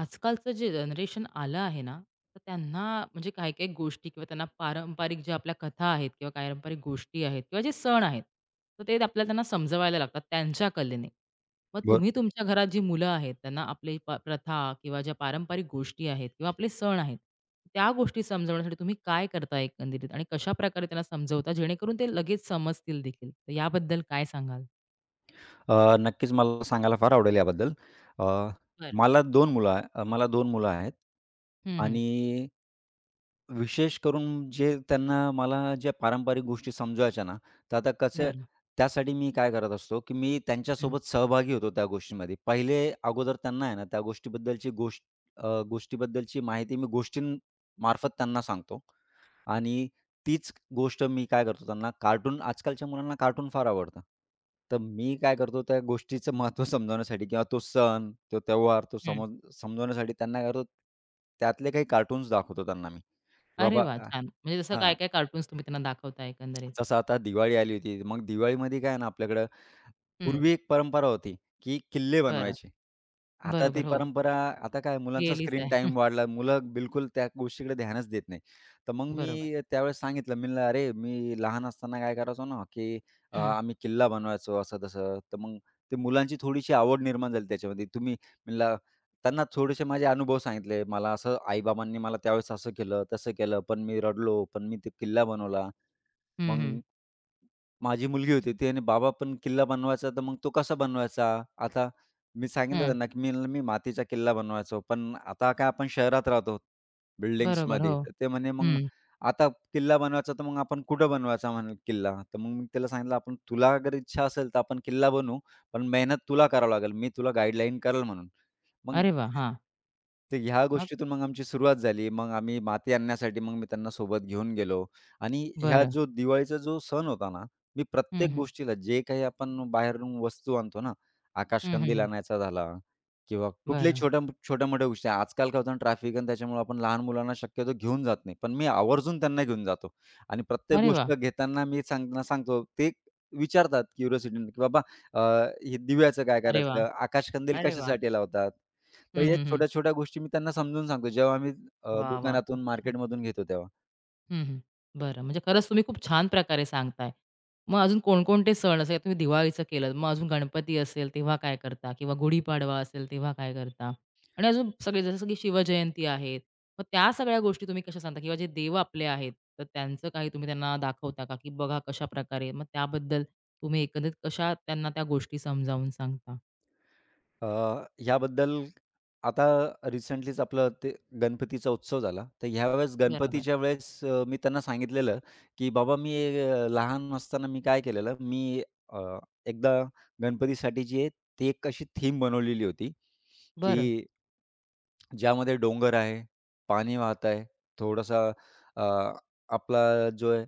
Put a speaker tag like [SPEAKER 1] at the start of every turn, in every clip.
[SPEAKER 1] आजकालचं जे जनरेशन आलं आहे ना, तर त्यांना म्हणजे काही-काही गोष्टी किंवा त्यांना पारंपरिक ज्या आपल्या कथा आहेत किंवा पारंपरिक गोष्टी आहेत किंवा जे सण आहेत, तर ते आपल्याला त्यांना समजवायला लागतात त्यांच्या कलेने. मग
[SPEAKER 2] बरं.
[SPEAKER 1] तुम्ही तुमच्या घरात जी मुलं आहेत, त्यांना आपली प्रथा किंवा ज्या पारंपरिक गोष्टी आहेत किंवा आपले सण आहेत, त्या गोष्टी समजवण्यासाठी तुम्ही काय करता एकंदरीत आणि कशाप्रकारे त्यांना समजवता जेणेकरून ते लगेच समजतील देखील? तर याबद्दल काय सांगाल?
[SPEAKER 2] नक्कीच मला सांगायला फार आवडेल याबद्दल. अ,
[SPEAKER 1] बरं.
[SPEAKER 2] मला 2 मुलं आहेत
[SPEAKER 1] हं, हं.
[SPEAKER 2] आणि विशेष करून जे त्यांना मला ज्या पारंपरिक गोष्टी समजवायच्या ना, तर आता कसं
[SPEAKER 1] बरं.
[SPEAKER 2] त्यासाठी मी काय करत असतो, की मी
[SPEAKER 1] हं,
[SPEAKER 2] त्यांच्यासोबत सहभागी होतो त्या गोष्टींमध्ये. पहिले अगोदर त्यांना आहे ना, त्या गोष्टीबद्दलची गोष्ट अ, गोष्टीबद्दलची माहिती मी गोष्टींमार्फत त्यांना सांगतो आणि तीच गोष्ट मी काय करतो त्यांना कार्टून आजकालच्या मुलांना कार्टून फार आवडतं. तर मी काय करतो त्या गोष्टीचं महत्त्व समजावण्यासाठी किंवा तो सण, तो त्योहार, तो
[SPEAKER 1] हं.
[SPEAKER 2] समज समजवण्यासाठी त्यांना काय करतो त्यातले काही कार्टून्स दाखवतो त्यांना मी. की
[SPEAKER 1] अरे
[SPEAKER 2] बाबा
[SPEAKER 1] वाह! छान. म्हणजे जसं
[SPEAKER 2] हां,
[SPEAKER 1] काय-काय कार्टून्स तुम्ही त्यांना दाखवता एकंदरीत.
[SPEAKER 2] जसं आता दिवाळी आली होती. मग दिवाळीमध्ये काय आहे ना आपल्याकडं
[SPEAKER 1] हं.
[SPEAKER 2] पूर्वी एक परंपरा होती, की किल्ले
[SPEAKER 1] बरं.
[SPEAKER 2] बनवायचे. आता ती
[SPEAKER 1] बरोबर. हो.
[SPEAKER 2] परंपरा आता काय मुलांचा
[SPEAKER 1] गेलीच
[SPEAKER 2] स्क्रीन
[SPEAKER 1] आहे. हं.
[SPEAKER 2] टाईम वाढला. मुलं बिलकुल त्या गोष्टीकडे ध्यानच देत नाही. तर मग
[SPEAKER 1] बरोबर.
[SPEAKER 2] मी त्यावेळेस सांगितलं, मी म्हणलं, "अरे, मी लहान असताना काय करायचो ना, की
[SPEAKER 1] हं.
[SPEAKER 2] आम्ही किल्ला बनवायचो असं-तसं." तर मग ते मुलांची थोडीशी आवड निर्माण झाली त्याच्यामध्ये. तुम्ही म्हणला त्यांना थोडेसे माझे अनुभव सांगितले. मला असं आई-बाबांनी मला त्यावेळेस असं केलं, तसं केलं. पण मी रडलो, पण मी ते किल्ला बनवला.
[SPEAKER 1] हं, हं.
[SPEAKER 2] मग माझी मुलगी होती, तिने, "बाबा पण किल्ला बनवायचा, तर मग तो कसा बनवायचा?" आता मी सांगितलं
[SPEAKER 1] हं.
[SPEAKER 2] त्यांना, की "मी मातीचा किल्ला बनवायचो, पण आता काय आपण शहरात राहतो,
[SPEAKER 1] बरोबर. हो.
[SPEAKER 2] बिल्डिंग्समध्ये." तर ते म्हणे, "मग
[SPEAKER 1] हं.
[SPEAKER 2] आता किल्ला बनवायचा, तर मग आपण कुठं बनवायचा म्हणे किल्ला?" तर मग मी त्याला सांगितलं, "आपण तुला अगर इच्छा असेल, तर आपण किल्ला बनवू, पण मेहनत तुला करावं लागेल. मी तुला गाईडलाईन करेल म्हणून." मग
[SPEAKER 1] अरे वा हां.
[SPEAKER 2] तर ह्या
[SPEAKER 1] मग?
[SPEAKER 2] गोष्टीतून मग आमची सुरुवात झाली. मग आम्ही माती आणण्यासाठी मग मी त्यांना सोबत घेऊन गेलो आणि ह्या
[SPEAKER 1] बरं.
[SPEAKER 2] जो दिवाळीचा जो सण होता ना, मी
[SPEAKER 1] हं,
[SPEAKER 2] प्रत्येक
[SPEAKER 1] हं.
[SPEAKER 2] गोष्टीला जे काही आपण बाहेरून वस्तू आणतो ना,
[SPEAKER 1] हं, हं,
[SPEAKER 2] आकाशकंदील
[SPEAKER 1] हं.
[SPEAKER 2] आणायचा झाला किंवा कुठल्याही
[SPEAKER 1] बरं.
[SPEAKER 2] छोट्या छोट्या-मोठ्या गोष्टी. आजकाल काय होतं ट्रॅफिक आणि त्याच्यामुळे आपण लहान मुलांना शक्यतो घेऊन जात नाही. पण मी आवर्जून त्यांना घेऊन जातो आणि प्रत्येक
[SPEAKER 1] अरे वा.
[SPEAKER 2] गोष्ट घेताना मी सांगताना सांगतो. ते विचारतात क्युरिओसिटीने, की "बाबा अ, हे दिव्याचं काय
[SPEAKER 1] अरे वा.
[SPEAKER 2] करायचं? आकाशकंदील
[SPEAKER 1] अरे वा.
[SPEAKER 2] कशासाठी लावतात?" तर
[SPEAKER 1] हं,
[SPEAKER 2] या
[SPEAKER 1] हं, हं.
[SPEAKER 2] छोट्या-छोट्या गोष्टी मी त्यांना समजून सांगतो जेव्हा आम्ही अ, हं.
[SPEAKER 1] वाह, वाह! खूप
[SPEAKER 2] दुकानातून,
[SPEAKER 1] छान.
[SPEAKER 2] मार्केटमधून घेतो तेव्हा.
[SPEAKER 1] हं, हं. बरं. म्हणजे खरंच तुम्ही खूप छान प्रकारे सांगताय. मग अजून कोणकोणते सण असे तुम्ही दिवाळीचं केलं, मग अजून गणपती असेल तेव्हा काय करता? किंवा गुढीपाडवा असेल तेव्हा काय करता? आणि अजून सगळे जसं की शिवजयंती आहे, मग त्या सगळ्या गोष्टी तुम्ही कशा सांगता? किंवा जे देव आपले आहेत, तर त्यांचं काही तुम्ही त्यांना दाखवता का? की बघा कशाप्रकारे मग त्याबद्दल तुम्ही एकंदरीत कशा त्यांना त्या गोष्टी समजावून सांगता?
[SPEAKER 2] अ, ह्याबद्दल आता रिसेंटलीच आपलं ते गणपतीचा उत्सव झाला. तर ह्यावेळेस
[SPEAKER 1] बरोबर.
[SPEAKER 2] गणपतीच्या वेळेस मी त्यांना सांगितलेलं, की "बाबा मी लहान असताना मी काय केलेलं, अ, एकदा गणपतीसाठी जी आहे ती एक अशी थीम बनवलेली होती, की
[SPEAKER 1] बरं.
[SPEAKER 2] ज्यामध्ये डोंगर आहे, पाणी वाहत आहे, थोडासा अ, आपला जो आहे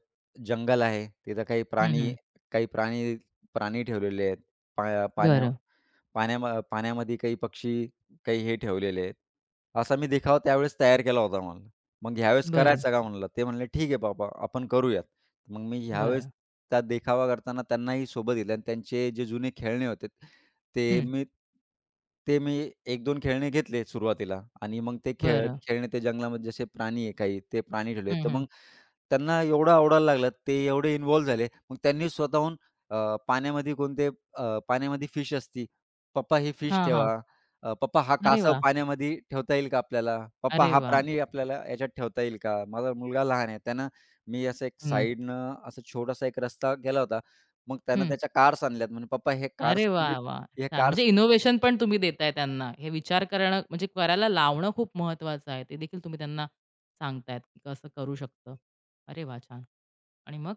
[SPEAKER 2] जंगल आहे, तिथं काही
[SPEAKER 1] हं, हं.
[SPEAKER 2] प्राणी काही प्राणी प्राणी ठेवलेले आहेत. पा पाण्या
[SPEAKER 1] बरं.
[SPEAKER 2] पाण्याम पाण्यामध्ये काही पक्षी, काही हे ठेवलेले आहेत. असा मी देखावा त्यावेळेस तयार केला होता म्हणलं. मग ह्यावेळेस
[SPEAKER 1] बरं.
[SPEAKER 2] करायचा का म्हणलं? ते म्हणले, "ठीक आहे बाबा, आपण करूयात." मग मी ह्यावेळेस
[SPEAKER 1] बरं.
[SPEAKER 2] त्या देखावा करताना त्यांनाही सोबत घेतलं आणि त्यांचे जे जुने खेळणे होते, ते
[SPEAKER 1] हं.
[SPEAKER 2] मी ते मी 1-2 खेळणे घेतले सुरुवातीला आणि मग ते खेळ
[SPEAKER 1] बरं.
[SPEAKER 2] खेळणे ते जंगलामध्ये जसे प्राणी आहे काही, ते प्राणी ठेवले.
[SPEAKER 1] हं,
[SPEAKER 2] तर
[SPEAKER 1] हं.
[SPEAKER 2] मग त्यांना एवढं आवडायला लागलं, ते एवढे इन्व्हॉल्व झाले. मग त्यांनी स्वतःहून अ, पाण्यामध्ये कोणते अ, पाण्यामध्ये फिश असती. "पप्पा ही फिश
[SPEAKER 1] हां,
[SPEAKER 2] ठेवा."
[SPEAKER 1] हां.
[SPEAKER 2] "पप्पा हा
[SPEAKER 1] अरे
[SPEAKER 2] कासव
[SPEAKER 1] वाह!
[SPEAKER 2] पाण्यामध्ये ठेवता येईल का आपल्याला? पप्पा
[SPEAKER 1] अरे
[SPEAKER 2] हा
[SPEAKER 1] वाह!
[SPEAKER 2] प्राणी आपल्याला याच्यात ठेवता येईल का?" माझा मुलगा लहान आहे. त्यानं मी असं एक
[SPEAKER 1] हं,
[SPEAKER 2] साइडनं असा छोटासा एक रस्ता केला होता. मग त्यानं
[SPEAKER 1] हं.
[SPEAKER 2] त्याच्या कार्स आणल्यात म्हणे, "पप्पा हे
[SPEAKER 1] अरे
[SPEAKER 2] कार्स
[SPEAKER 1] वा
[SPEAKER 2] तुम्ही
[SPEAKER 1] वा.
[SPEAKER 2] हे
[SPEAKER 1] छान.
[SPEAKER 2] कार्स."
[SPEAKER 1] म्हणजे इनोव्हेशन पण तुम्ही देताय त्यांना. हे विचार करणं म्हणजे करायला लावणं खूप महत्वाचं आहे. ते देखील तुम्ही त्यांना सांगतायत, की कसं करू शकतं. अरे वा छान. आणि मग?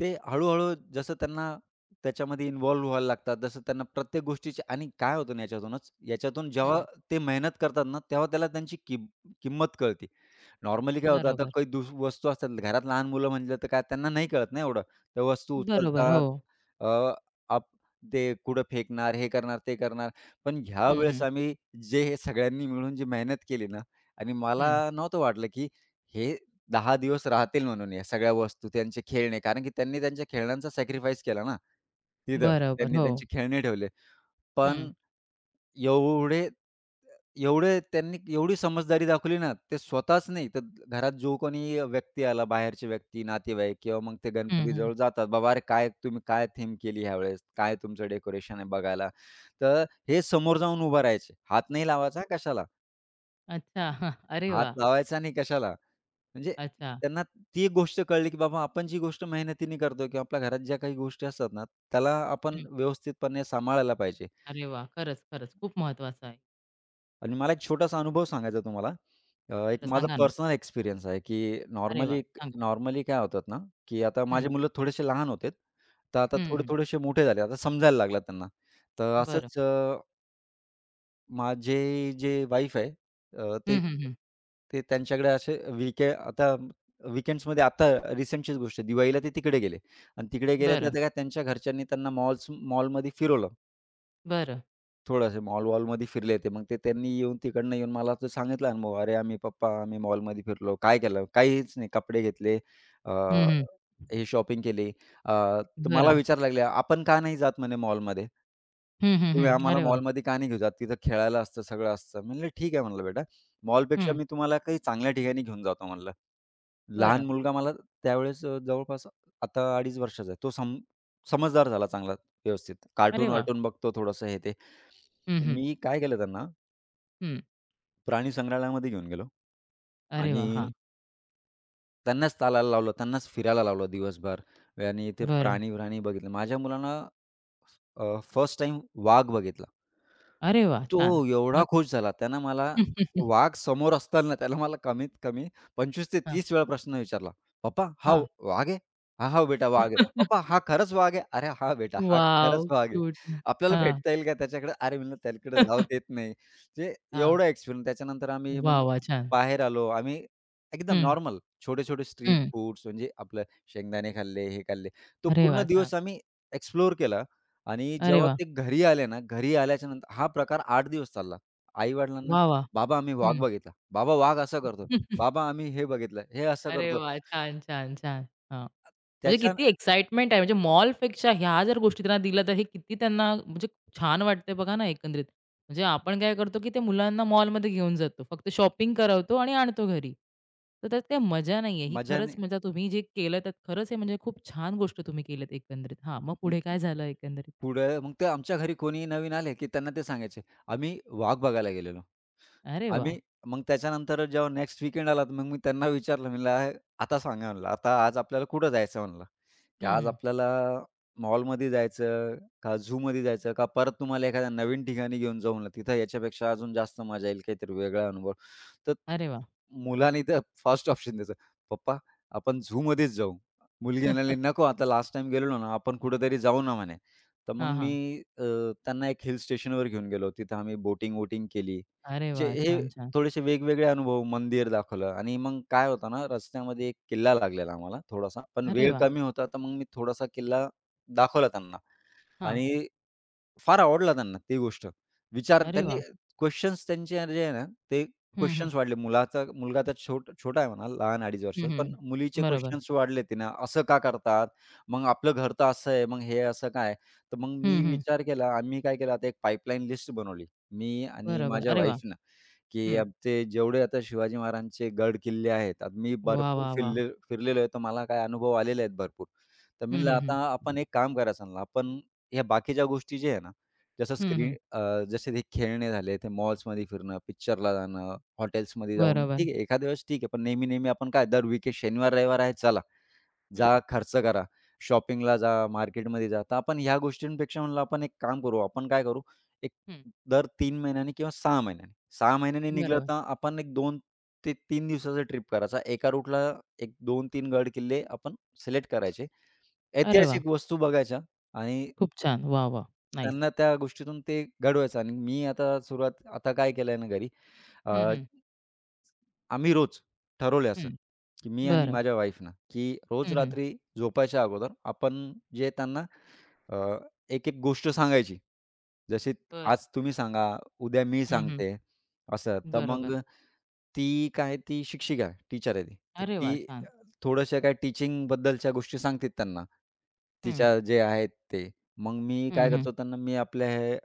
[SPEAKER 2] ते हळू-हळू जसं त्यांना त्याच्यामध्ये इन्व्हॉल्व व्हायला लागतात, जसं त्यांना प्रत्येक गोष्टीची आणि काय होतं ना याच्यातूनच, याच्यातून
[SPEAKER 1] हं,
[SPEAKER 2] जेव्हा
[SPEAKER 1] हं.
[SPEAKER 2] ते मेहनत करतात ना, तेव्हा त्याला त्यांची किंमत कळते. नॉर्मली काय होतं आता
[SPEAKER 1] बरोबर.
[SPEAKER 2] काही दुस वस्तू असतात, घरात लहान मुलं म्हटलं तर काय त्यांना नाही कळत ना एवढं. त्या वस्तू
[SPEAKER 1] बरोबर. हो.
[SPEAKER 2] उचलतात, अ, आप ते कुठं फेकणार, हे करणार, ते करणार. पण ह्या
[SPEAKER 1] हं,
[SPEAKER 2] वेळेस
[SPEAKER 1] हं.
[SPEAKER 2] आम्ही जे हे सगळ्यांनी मिळून जी मेहनत केली ना आणि मला
[SPEAKER 1] हं.
[SPEAKER 2] नव्हतं वाटलं, की हे 10 दिवस राहतील म्हणून या सगळ्या वस्तू, त्यांचे खेळणे. कारण की त्यांनी त्यांच्या खेळण्यांचा सॅक्रिफाईस केला ना तिथं.
[SPEAKER 1] बरोबर.
[SPEAKER 2] त्यांनी
[SPEAKER 1] हो.
[SPEAKER 2] त्यांचे खेळणे ठेवले.
[SPEAKER 1] हं.
[SPEAKER 2] पण एवढे एवढे त्यांनी एवढी समजदारी दाखवली ना, ते स्वतःच नाही तर घरात जो कोणी व्यक्ती आला, बाहेरची व्यक्ती, नातेवाईक किंवा मग ते
[SPEAKER 1] हं, हं.
[SPEAKER 2] गणपतीजवळ जातात. "बाबा अरे काय तुम्ही काय थीम केली ह्यावेळेस? काय तुमचं डेकोरेशन आहे बघायला?" तर हे समोर जाऊन उभं राहायचे. हात नाही लावायचा कशाला,
[SPEAKER 1] अच्छा. हा, अरे
[SPEAKER 2] हात
[SPEAKER 1] वा.
[SPEAKER 2] लावायचा नाही कशाला. म्हणजे
[SPEAKER 1] अच्छा.
[SPEAKER 2] त्यांना ती एक गोष्ट कळली, की बाबा आपण जी गोष्ट मेहनतीने करतो किंवा आपल्या घरात ज्या काही गोष्टी असतात ना, त्याला आपण
[SPEAKER 1] हं.
[SPEAKER 2] व्यवस्थितपणे सांभाळायला पाहिजे.
[SPEAKER 1] अरे वाह! खरंच, खरंच खूप महत्वाचं आहे.
[SPEAKER 2] आणि मला एक छोटासा अनुभव सांगायचा तुम्हाला. एक
[SPEAKER 1] खरं
[SPEAKER 2] माझा
[SPEAKER 1] सांगा ना.
[SPEAKER 2] पर्सनल एक्सपिरियन्स आहे, की
[SPEAKER 1] अरे वा.
[SPEAKER 2] नॉर्मली
[SPEAKER 1] सांगा.
[SPEAKER 2] नॉर्मली काय होतात ना, की आता
[SPEAKER 1] हं.
[SPEAKER 2] माझे मुलं थोडेसे लहान होते. तर आता
[SPEAKER 1] हं, हं.
[SPEAKER 2] थोडे-थोडेसे मोठे झाले. आता समजायला लागला त्यांना. तर
[SPEAKER 1] बरं.
[SPEAKER 2] असंच माझे जे वाईफ आहे अ, ते
[SPEAKER 1] हं, हं, हं.
[SPEAKER 2] ते त्यांच्याकडे असे वीके आता वीकेंड्समध्ये आता रिसेंटचीच गोष्ट आहे. दिवाळीला ते तिकडे गेले आणि तिकडे गेले तर
[SPEAKER 1] बरं.
[SPEAKER 2] त्या त्यांच्या घरच्यांनी त्यांना मॉलमध्ये फिरवलं.
[SPEAKER 1] बरं.
[SPEAKER 2] थोडंसं मॉल-वॉलमध्ये फिरले ते. मग ते त्यांनी येऊन तिकडनं येऊन मला तो सांगितला अनुभव, "अरे, आम्ही पप्पा आम्ही मॉलमध्ये फिरलो." काय केलं? काहीच नाही. कपडे घेतले, अ,
[SPEAKER 1] हं, हं.
[SPEAKER 2] हे शॉपिंग केली. अ, तर मला
[SPEAKER 1] बरं.
[SPEAKER 2] विचारायला लागले, "आपण का नाही जात?" म्हणे मॉलमध्ये.
[SPEAKER 1] हं, हं,
[SPEAKER 2] "तुम्ही
[SPEAKER 1] हं.
[SPEAKER 2] आम्हाला
[SPEAKER 1] अरे वाह!
[SPEAKER 2] मॉलमध्ये का नाही घेऊन जात? तिथं खेळायला असतं, सगळं असतं." म्हणलं, "ठीक आहे," म्हणलं, "बेटा. मॉलपेक्षा
[SPEAKER 1] हं.
[SPEAKER 2] मी तुम्हाला काही चांगल्या ठिकाणी घेऊन जातो," म्हणलं. लहान
[SPEAKER 1] बरं.
[SPEAKER 2] मुलगा मला त्यावेळेस जवळपास आता 2.5 वर्षाचा आहे. तो सम समजदार झाला चांगला व्यवस्थित.
[SPEAKER 1] अरे वाह!
[SPEAKER 2] कार्टून-वार्टून बघतो थोडंसं हे ते.
[SPEAKER 1] हं, हं.
[SPEAKER 2] मी काय केलं त्यांना
[SPEAKER 1] हं.
[SPEAKER 2] प्राणी संग्रहालयामध्ये घेऊन गेलो
[SPEAKER 1] अरे
[SPEAKER 2] आणि
[SPEAKER 1] वाह! हां.
[SPEAKER 2] त्यांनाच चालायला लावलं, त्यांनाच फिरायला लावलं दिवसभर आणि ते
[SPEAKER 1] बरं.
[SPEAKER 2] प्राणी-प्राणी बघितले. माझ्या मुलांना फर्स्ट टाईम वाघ बघितला.
[SPEAKER 1] अरे वाह!
[SPEAKER 2] तो
[SPEAKER 1] छान.
[SPEAKER 2] एवढा
[SPEAKER 1] मग?
[SPEAKER 2] खुश झाला. त्यानं मला वाघ समोर असताना त्याला मला कमीत कमी 25 ते
[SPEAKER 1] हां,
[SPEAKER 2] 30 वेळा प्रश्न विचारला. "पप्पा हा
[SPEAKER 1] हां.
[SPEAKER 2] वाघ आहे?" "हां, हां बेटा वाघ आहे." "पप्पा हा खरंच वाघ आहे?" "अरे हां बेटा, हा खरंच
[SPEAKER 1] वॉव!
[SPEAKER 2] वाघ आहे.
[SPEAKER 1] क्यूट.
[SPEAKER 2] आपल्याला
[SPEAKER 1] हां.
[SPEAKER 2] भेटता येईल का त्याच्याकडे?" "अरे," म्हणलं, "त्याकडे जाऊ देत नाही." म्हणजे
[SPEAKER 1] हां.
[SPEAKER 2] एवढा एक्सपिरियन्स. त्याच्यानंतर आम्ही मग
[SPEAKER 1] वाह, वाह! छान.
[SPEAKER 2] बाहेर आलो. आम्ही एकदम
[SPEAKER 1] हं,
[SPEAKER 2] नॉर्मल छोटे-छोटे स्ट्रीट
[SPEAKER 1] हं.
[SPEAKER 2] फूड्स म्हणजे आपलं शेंगदाणे खाल्ले, हे खाल्ले. तो
[SPEAKER 1] अरे
[SPEAKER 2] पूर्ण
[SPEAKER 1] वाह! छान.
[SPEAKER 2] दिवस आम्ही एक्सप्लोर केला. आणि
[SPEAKER 1] अरे
[SPEAKER 2] जेव्हा
[SPEAKER 1] वाह!
[SPEAKER 2] ते घरी आले ना, घरी आल्याच्या नंतर हा प्रकार 8 दिवस चालला. आई-वडिलांना,
[SPEAKER 1] वाह, वाह!
[SPEAKER 2] "बाबा आम्ही वाघ
[SPEAKER 1] हं.
[SPEAKER 2] बघितला. बाबा वाघ असं करतो. बाबा आम्ही हे बघितलं, हे असं
[SPEAKER 1] अरे
[SPEAKER 2] करतो."
[SPEAKER 1] वाह! छान, छान, छान. हां. म्हणजे
[SPEAKER 2] त्याच्या
[SPEAKER 1] किती एक्साइटमेंट आहे. म्हणजे मॉलपेक्षा ह्या जर गोष्टी त्यांना दिल्या, तर हे किती त्यांना म्हणजे छान वाटते बघा ना एकंदरीत. म्हणजे आपण काय करतो, की ते मुलांना मॉलमध्ये घेऊन जातो. फक्त शॉपिंग करवतो आणि आणतो घरी. तर त्यात काही मजा नाही आहे. ही खरंच
[SPEAKER 2] मजाने
[SPEAKER 1] म्हणजे तुम्ही जे केलं त्यात खरंच हे म्हणजे खूप छान गोष्ट तुम्ही केलीत एकंदरीत. हां, मग पुढे काय झालं एकंदरीत?
[SPEAKER 2] पुढं मग ते आमच्या घरी कोणी नवीन आले, की त्यांना ते सांगायचे. आम्ही वाघ बघायला गेलेलो.
[SPEAKER 1] अरे वाह!
[SPEAKER 2] आम्ही मग त्याच्यानंतर जेव्हा नेक्स्ट वीकेंड आला, तर मग मी त्यांना विचारलं म्हणलं, "आता सांगा," म्हणलं, "आता आज आपल्याला कुठं जायचं?" म्हणलं, की
[SPEAKER 1] हं,
[SPEAKER 2] "आज
[SPEAKER 1] हं.
[SPEAKER 2] आपल्याला मॉलमध्ये जायचं का झूमध्ये जायचं का परत तुम्हाला एखाद्या नवीन ठिकाणी घेऊन जाऊ म्हणलं, तिथं याच्यापेक्षा अजून जास्त मजा येईल, काहीतरी वेगळा अनुभव." तर
[SPEAKER 1] अरे वाह! हां,
[SPEAKER 2] मुलांनी तर फर्स्ट ऑप्शन द्यायचं, "पप्पा आपण झूमध्येच जाऊ." मुलगी म्हणाली, "नको आता लास्ट टाईम गेलेलो ना, आपण कुठेतरी जाऊ ना," म्हणे. तर मग मी
[SPEAKER 1] हां.
[SPEAKER 2] अ, त्यांना एक हिल स्टेशनवर घेऊन गेलो. तिथं आम्ही बोटिंग-वोटिंग केली.
[SPEAKER 1] अरे
[SPEAKER 2] जे
[SPEAKER 1] वाह!
[SPEAKER 2] हे
[SPEAKER 1] छान, छान.
[SPEAKER 2] थोडेसे वेगवेगळे अनुभव, मंदिर दाखवलं आणि मग काय होतं ना, रस्त्यामध्ये एक किल्ला लागलेला आम्हाला थोडासा, पण
[SPEAKER 1] अरे
[SPEAKER 2] वेळ
[SPEAKER 1] वाह!
[SPEAKER 2] कमी होता, तर मग मी थोडासा किल्ला दाखवला त्यांना
[SPEAKER 1] हां.
[SPEAKER 2] आणि फार आवडला त्यांना ती गोष्ट. विचार
[SPEAKER 1] अरे
[SPEAKER 2] त्यांनी
[SPEAKER 1] वाह!
[SPEAKER 2] क्वेशन्स त्यांचे जे आहे ना, ते
[SPEAKER 1] हं, हं.
[SPEAKER 2] क्वेशन्स वाढले. मुलगा तर छोटा आहे म्हणा, लहान अडीच
[SPEAKER 1] हं,
[SPEAKER 2] वर्षाचा.
[SPEAKER 1] हं.
[SPEAKER 2] पण मुलीचे
[SPEAKER 1] बरोबर.
[SPEAKER 2] क्वेशन्स वाढले तिनं, "असं का करतात? मग आपलं घर तर असं आहे, मग हे असं काय?" तर मग
[SPEAKER 1] हं,
[SPEAKER 2] मी
[SPEAKER 1] हं.
[SPEAKER 2] विचार केला, आम्ही काय केलं, आता एक पाईपलाईन लिस्ट बनवली. मी आणि
[SPEAKER 1] बरोबर.
[SPEAKER 2] माझ्या
[SPEAKER 1] अरे वाह!
[SPEAKER 2] वाईफनं, की
[SPEAKER 1] हं.
[SPEAKER 2] आमचे जेवढे आता शिवाजी महाराजांचे गड-किल्ले आहेत. आता मी
[SPEAKER 1] वाह,
[SPEAKER 2] भरपूर
[SPEAKER 1] वाह, वाह!
[SPEAKER 2] फिरलेलो आहे, तर मला काय अनुभव आलेले आहेत भरपूर. तर मी
[SPEAKER 1] हं,
[SPEAKER 2] म्हणलं,
[SPEAKER 1] हं, हं.
[SPEAKER 2] "आता आपण एक काम करायचं म्हणलं, आपण ह्या बाकीच्या गोष्टी ज्या आहे ना." जसं
[SPEAKER 1] हं, हं.
[SPEAKER 2] जसे ते खेळणे झाले, ते मॉल्समध्ये फिरणं, पिक्चरला जाणं, हॉटेल्समध्ये जाऊन
[SPEAKER 1] बरोबर.
[SPEAKER 2] ठीक आहे, एखाद्या वेळेस ठीक आहे. पण नेहमी-नेहमी आपण काय दर वीकेंड शनिवार, रविवार आहे चला,
[SPEAKER 1] हं,
[SPEAKER 2] जा खर्च करा, शॉपिंगला जा, मार्केटमध्ये जा. तर आपण ह्या गोष्टींपेक्षा म्हणलं आपण एक काम करू, आपण काय करू, एक
[SPEAKER 1] हं.
[SPEAKER 2] दर 3 महिन्यांनी किंवा 6 महिन्यांनी निघालं
[SPEAKER 1] बरोबर.
[SPEAKER 2] तर आपण एक 2 ते 3 दिवसाचा ट्रिप करायचा. एका रूटला एक 2-3 गड किल्ले आपण सिलेक्ट करायचे.
[SPEAKER 1] अरे वाह!
[SPEAKER 2] ऐतिहासिक वस्तू बघायच्या आणि
[SPEAKER 1] खूप छान. वाह, वाह! नाईस.
[SPEAKER 2] त्यांना त्या गोष्टीतून ते घडवायचं आणि मी आता सुरुवात आता काय केलंय ना घरी, अ,
[SPEAKER 1] हं, हं.
[SPEAKER 2] आम्ही रोज ठरवलंय
[SPEAKER 1] हं.
[SPEAKER 2] असं, की मी आणि
[SPEAKER 1] बरं.
[SPEAKER 2] माझ्या वाईफनं, की रोज
[SPEAKER 1] हं, हं.
[SPEAKER 2] रात्री झोपायच्या अगोदर आपण जे त्यांना अ, एक-एक गोष्ट सांगायची. जशी
[SPEAKER 1] बरं.
[SPEAKER 2] आज तुम्ही सांगा, उद्या मी
[SPEAKER 1] हं, हं.
[SPEAKER 2] सांगते, असं. तर मग
[SPEAKER 1] बरोबर.
[SPEAKER 2] ती काय ती शिक्षिका आहे, टीचर आहे ती. तर
[SPEAKER 1] अरे वाह!
[SPEAKER 2] ती
[SPEAKER 1] छान.
[SPEAKER 2] थोड्याशा काय टीचिंगबद्दलच्या गोष्टी सांगते त्यांना.
[SPEAKER 1] हं.
[SPEAKER 2] तिच्या जे आहेत ते. मग मी
[SPEAKER 1] हं,
[SPEAKER 2] काय
[SPEAKER 1] हं.
[SPEAKER 2] करतो त्यांना मी आपल्या हे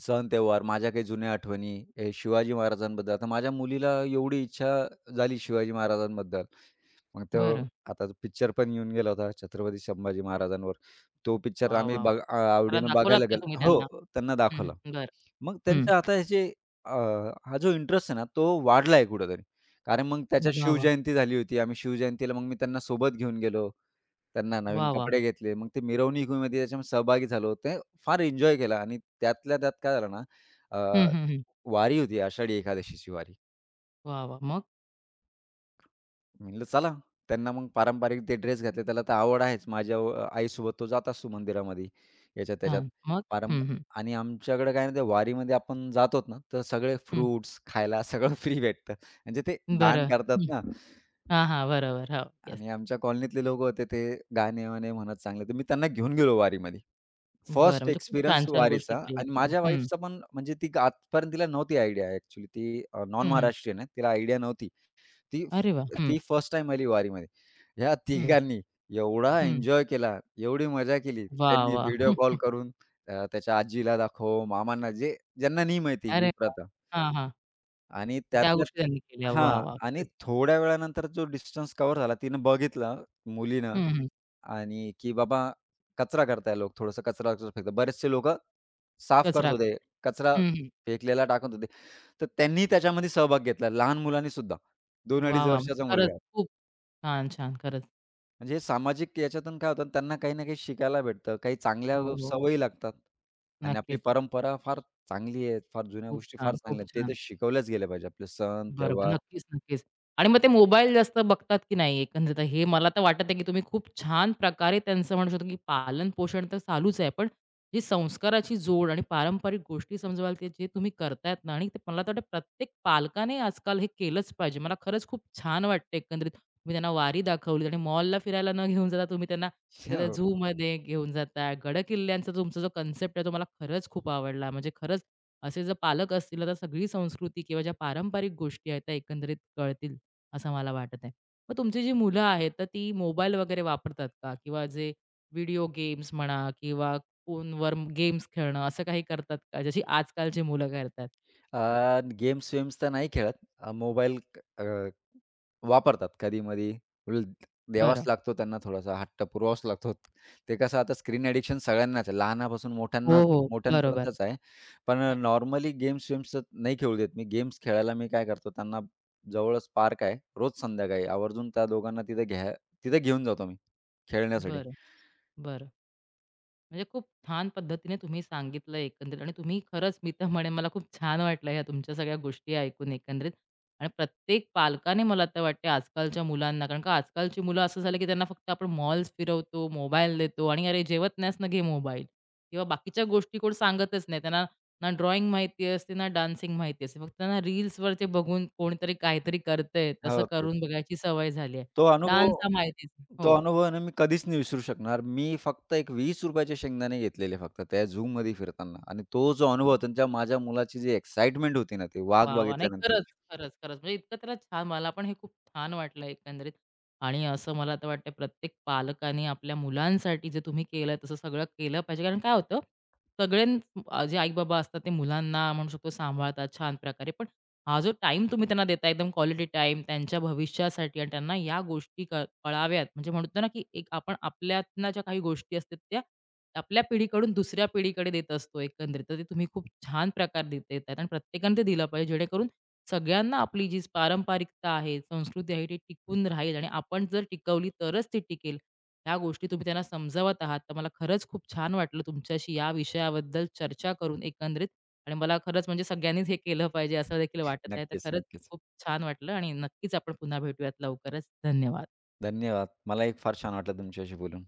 [SPEAKER 2] सण त्योहार, माझ्या काही जुन्या आठवणी, हे शिवाजी महाराजांबद्दल. आता माझ्या मुलीला एवढी इच्छा झाली शिवाजी महाराजांबद्दल. मग तो
[SPEAKER 1] बरं.
[SPEAKER 2] आता तो पिक्चर पण येऊन गेला होता छत्रपती संभाजी महाराजांवर. तो पिक्चर
[SPEAKER 1] वाह,
[SPEAKER 2] आम्ही
[SPEAKER 1] वाह, वाह! जरा
[SPEAKER 2] आवडीनं
[SPEAKER 1] दाखवलात
[SPEAKER 2] बघायला
[SPEAKER 1] का तुम्ही
[SPEAKER 2] गेलो हो,
[SPEAKER 1] त्यांना?
[SPEAKER 2] त्यांना
[SPEAKER 1] हं,
[SPEAKER 2] दाखवला.
[SPEAKER 1] हं. बरं.
[SPEAKER 2] मग
[SPEAKER 1] हं.
[SPEAKER 2] त्यांचं आता हे जे अ, हा जो इंटरेस्ट आहे ना, तो वाढला आहे कुठेतरी. कारण मग त्याच्या
[SPEAKER 1] वाह, वाह!
[SPEAKER 2] शिवजयंती झाली होती. आम्ही शिवजयंतीला मग मी त्यांना सोबत घेऊन गेलो. त्यांना नवीन
[SPEAKER 1] वाह, वाह!
[SPEAKER 2] कपडे घेतले. मग ते मिरवणुकीमध्ये त्याच्यामध्ये सहभागी झालो. ते फार एन्जॉय केला आणि त्यातल्या त्यात काय झालं ना, अ,
[SPEAKER 1] हं, हं, हं.
[SPEAKER 2] वारी होती आषाढी एकादशीची वारी.
[SPEAKER 1] वाह, वाह! मग?
[SPEAKER 2] म्हणलं चला. त्यांना मग पारंपरिक ते ड्रेस घातले. त्याला तर आवड आहेच. माझ्या आईसोबत तो जात असतो मंदिरामध्ये, याच्यात त्याच्यात.
[SPEAKER 1] छान. मग?
[SPEAKER 2] पारं
[SPEAKER 1] हं, हं.
[SPEAKER 2] आणि आमच्याकडे काय म्हणते वारीमध्ये आपण जातो ना, तर सगळे
[SPEAKER 1] हं.
[SPEAKER 2] फ्रुट्स खायला सगळं फ्री भेटतं. म्हणजे ते दान
[SPEAKER 1] बरं.
[SPEAKER 2] करतात
[SPEAKER 1] हं.
[SPEAKER 2] ना
[SPEAKER 1] हां, हां. बरोबर. हो. येस.
[SPEAKER 2] आणि आमच्या कॉलनीतले लोकं होते ते गाणे-वाणे म्हणत चांगले. तर मी त्यांना घेऊन गेलो वारीमध्ये.
[SPEAKER 1] बरं.
[SPEAKER 2] फर्स्ट
[SPEAKER 1] म्हणजे खूप
[SPEAKER 2] एक्सपिरियन्स
[SPEAKER 1] छान-छान गोष्टी
[SPEAKER 2] वारीचा
[SPEAKER 1] केल्यात
[SPEAKER 2] आणि माझ्या
[SPEAKER 1] तुम्ही. हं.
[SPEAKER 2] वाईफचा पण म्हणजे आजपर्यंत तिला नव्हती आयडिया ॲक्चुअली. ती नॉन
[SPEAKER 1] हं, हं.
[SPEAKER 2] महाराष्ट्रीयन आहे. तिला आयडिया नव्हती. ती
[SPEAKER 1] अरे वाह! हं,
[SPEAKER 2] ती फर्स्ट टाईम आली वारीमध्ये. ह्या
[SPEAKER 1] हं,
[SPEAKER 2] तिघांनी एवढा
[SPEAKER 1] हं.
[SPEAKER 2] एन्जॉय केला, एवढी मजा केली.
[SPEAKER 1] वाह,
[SPEAKER 2] त्यांनी
[SPEAKER 1] वाह!
[SPEAKER 2] व्हिडिओ
[SPEAKER 1] हं,
[SPEAKER 2] कॉल करून त्याच्या आजीला दाखव, मामांना जे ज्यांना नाही माहिती
[SPEAKER 1] अरे
[SPEAKER 2] ही
[SPEAKER 1] वाह!
[SPEAKER 2] प्रथा
[SPEAKER 1] हां, हां.
[SPEAKER 2] आणि
[SPEAKER 1] त्या
[SPEAKER 2] त्यातल्या
[SPEAKER 1] गोष्टी त्यांनी केल्या. वाह,
[SPEAKER 2] हां
[SPEAKER 1] वाह!
[SPEAKER 2] आणि
[SPEAKER 1] खरंच.
[SPEAKER 2] थोड्या वेळानंतर जो डिस्टन्स कव्हर झाला, तिनं बघितलं मुलीनं
[SPEAKER 1] हं, हं.
[SPEAKER 2] आणि की बाबा कचरा करताय लोक, थोडंसं कचरा कचरा फेकतात. बरेचसे लोकं साफ करत
[SPEAKER 1] कचरा
[SPEAKER 2] होते,
[SPEAKER 1] करणे.
[SPEAKER 2] कचरा
[SPEAKER 1] हं, हं.
[SPEAKER 2] फेकलेला टाकत होते. तर त्यांनी त्याच्यामध्ये सहभाग घेतला, लहान मुलांनीसुद्धा. 2
[SPEAKER 1] वाह,
[SPEAKER 2] अडीच
[SPEAKER 1] वाह! म्हणजे
[SPEAKER 2] वर्षाचा
[SPEAKER 1] खरंच
[SPEAKER 2] मुलगा.
[SPEAKER 1] खूप छान, छान. खरंच.
[SPEAKER 2] म्हणजे हे सामाजिक याच्यातून काय होतं त्यांना काही ना काही शिकायला भेटतं, काही चांगल्या
[SPEAKER 1] हो, हो.
[SPEAKER 2] सवयी लागतात. आणि आपली
[SPEAKER 1] नक्कीच.
[SPEAKER 2] परंपरा फार चांगली आहे, फार जुन्या
[SPEAKER 1] खूप
[SPEAKER 2] गोष्टी फार
[SPEAKER 1] छान, खूप
[SPEAKER 2] चांगल्या आहेत. ते तर
[SPEAKER 1] छान.
[SPEAKER 2] शिकवल्याच गेल्या पाहिजे. आपले सण,
[SPEAKER 1] बरोबर.
[SPEAKER 2] त्योहार.
[SPEAKER 1] नक्कीच, नक्कीच. आणि मग ते मोबाईल जास्त बघतात की नाही एकंदरीत हे मला तर वाटत आहे, की तुम्ही खूप छान प्रकारे त्यांचं म्हणू शकतो, की पालन-पोषण तर चालूच आहे. पण जी संस्काराची जोड आणि पारंपरिक गोष्टी समजवाल ते जे तुम्ही करतायत ना आणि ते मला तर वाटतं प्रत्येक पालकाने आजकाल हे केलंच पाहिजे. मला खरंच खूप छान वाटतं एकंदरीत. तुम्ही त्यांना वारी दाखवली आणि मॉलला फिरायला न घेऊन जाता तुम्ही त्यांना एखाद्या
[SPEAKER 2] हो.
[SPEAKER 1] झूमध्ये घेऊन जाताय. गड-किल्ल्यांचा तुमचा जो कन्सेप्ट आहे तो मला खरंच खूप आवडला. म्हणजे खरंच असे जर पालक असतील तर सगळी संस्कृती किंवा ज्या पारंपरिक गोष्टी आहेत त्या एकंदरीत कळतील असं मला वाटत आहे. मग तुमची जी मुलं आहेत तर ती मोबाईल वगैरे वापरतात का? किंवा जे व्हिडिओ गेम्स म्हणा किंवा फोनवर गेम्स खेळणं असं काही करतात का? जशी आजकालची मुलं करतात. असं.
[SPEAKER 2] गेम्स-वेम्स तर नाही खेळत. मोबाईल वापरतात कधी-मधी. उल द्यावाच
[SPEAKER 1] बरं.
[SPEAKER 2] लागतो त्यांना थोडासा हट्ट पुरवावाच लागतो. ते कसं आता स्क्रीन ॲडिक्शन सगळ्यांनाच आहे. लहानापासून मोठ्यांना
[SPEAKER 1] हो, हो. बरोबर.
[SPEAKER 2] मोठ्यांपर्यंतच आहे. पण
[SPEAKER 1] नक्की.
[SPEAKER 2] नॉर्मली गेम्स-वेम्स तर नाही खेळू देत मी. गेम्स खेळायला मी काय करतो, त्यांना जवळच पार्क आहे. रोज संध्याकाळी आवर्जून त्या दोघांना तिथे घेऊन जातो मी खेळण्यासाठी.
[SPEAKER 1] बरं, बरं. म्हणजे खूप छान पद्धतीने तुम्ही सांगितलं एकंदरीत आणि तुम्ही खरंच मी तर म्हणेन मला खूप छान वाटलं ह्या तुमच्या सगळ्या गोष्टी ऐकून एकंदरीत आणि प्रत्येक पालकाने मला तर वाटते आजकालच्या मुलांना कारण का आजकालची मुलं असं झालं की त्यांना फक्त आपण मॉल्स फिरवतो मोबाईल देतो आणि अरे जेवत नाहीस ना घे मोबाईल किंवा बाकीच्या गोष्टी कोण सांगतच नाही त्यांना ना ड्रॉइंग माहिती असते ना डान्सिंग माहिती असते फक्त त्यांना रील्सवर ते बघून कोणीतरी काहीतरी करतंय तसं
[SPEAKER 2] हो, तेच.
[SPEAKER 1] करून बघायची सवय झाली आहे
[SPEAKER 2] तो
[SPEAKER 1] डान्स
[SPEAKER 2] अनुभव
[SPEAKER 1] हा माहितीच
[SPEAKER 2] तो
[SPEAKER 1] हो
[SPEAKER 2] अनुभव आहे ना मी कधीच नाही विसरू शकणार. मी फक्त एक 20 चे शेंगदाणे घेतलेले फक्त त्या झूमध्ये फिरताना आणि तो जो अनुभव होता त्या माझ्या मुलाची जी एक्साइटमेंट होती ना, ती वाघ
[SPEAKER 1] वाह! वाह! नाही खरंच,
[SPEAKER 2] बघितल्यानंतरची.
[SPEAKER 1] खरंच, खरंच. म्हणजे इतकं त्याला छान मला पण हे खूप छान वाटलं एकंदरीत आणि असं मला तर वाटतं प्रत्येक पालकाने आपल्या मुलांसाठी जे तुम्ही केलं तसं सगळं केलं पाहिजे. कारण काय होतं सगळ्यां जे आई-बाबा असतात ते मुलांना म्हणू शकतो सांभाळतात छान प्रकारे. पण हा जो टाईम तुम्ही त्यांना देता एकदम क्वालिटी टाईम त्यांच्या भविष्यासाठी आणि त्यांना या गोष्टी कळाव्यात म्हणजे म्हणतो ना, की एक आपण आपल्यातनं ज्या काही गोष्टी असतात त्या आपल्या पिढीकडून दुसऱ्या पिढीकडे देत असतो एकंदरीत. तर ते तुम्ही खूप छान प्रकारे देतायत आणि प्रत्येकाने ते दिलं पाहिजे जेणेकरून सगळ्यांना आपली जी पारंपरिकता आहे, संस्कृती आहे, ती टिकून राहील आणि आपण जर टिकवली तरच ती टिकेल. ह्या गोष्टी तुम्ही त्यांना समजावत आहात. तर मला खरंच खूप छान वाटलं तुमच्याशी या विषयाबद्दल चर्चा करून एकंदरीत आणि मला खरंच म्हणजे सगळ्यांनीच हे केलं पाहिजे असं देखील वाटत आहे. तर
[SPEAKER 2] नक्कीच,
[SPEAKER 1] खरंच
[SPEAKER 2] नक्कीच.
[SPEAKER 1] खूप छान वाटलं आणि नक्कीच आपण पुन्हा भेटूयात लवकरच. धन्यवाद.
[SPEAKER 2] धन्यवाद. मलाही फार छान वाटलं तुमच्याशी बोलून.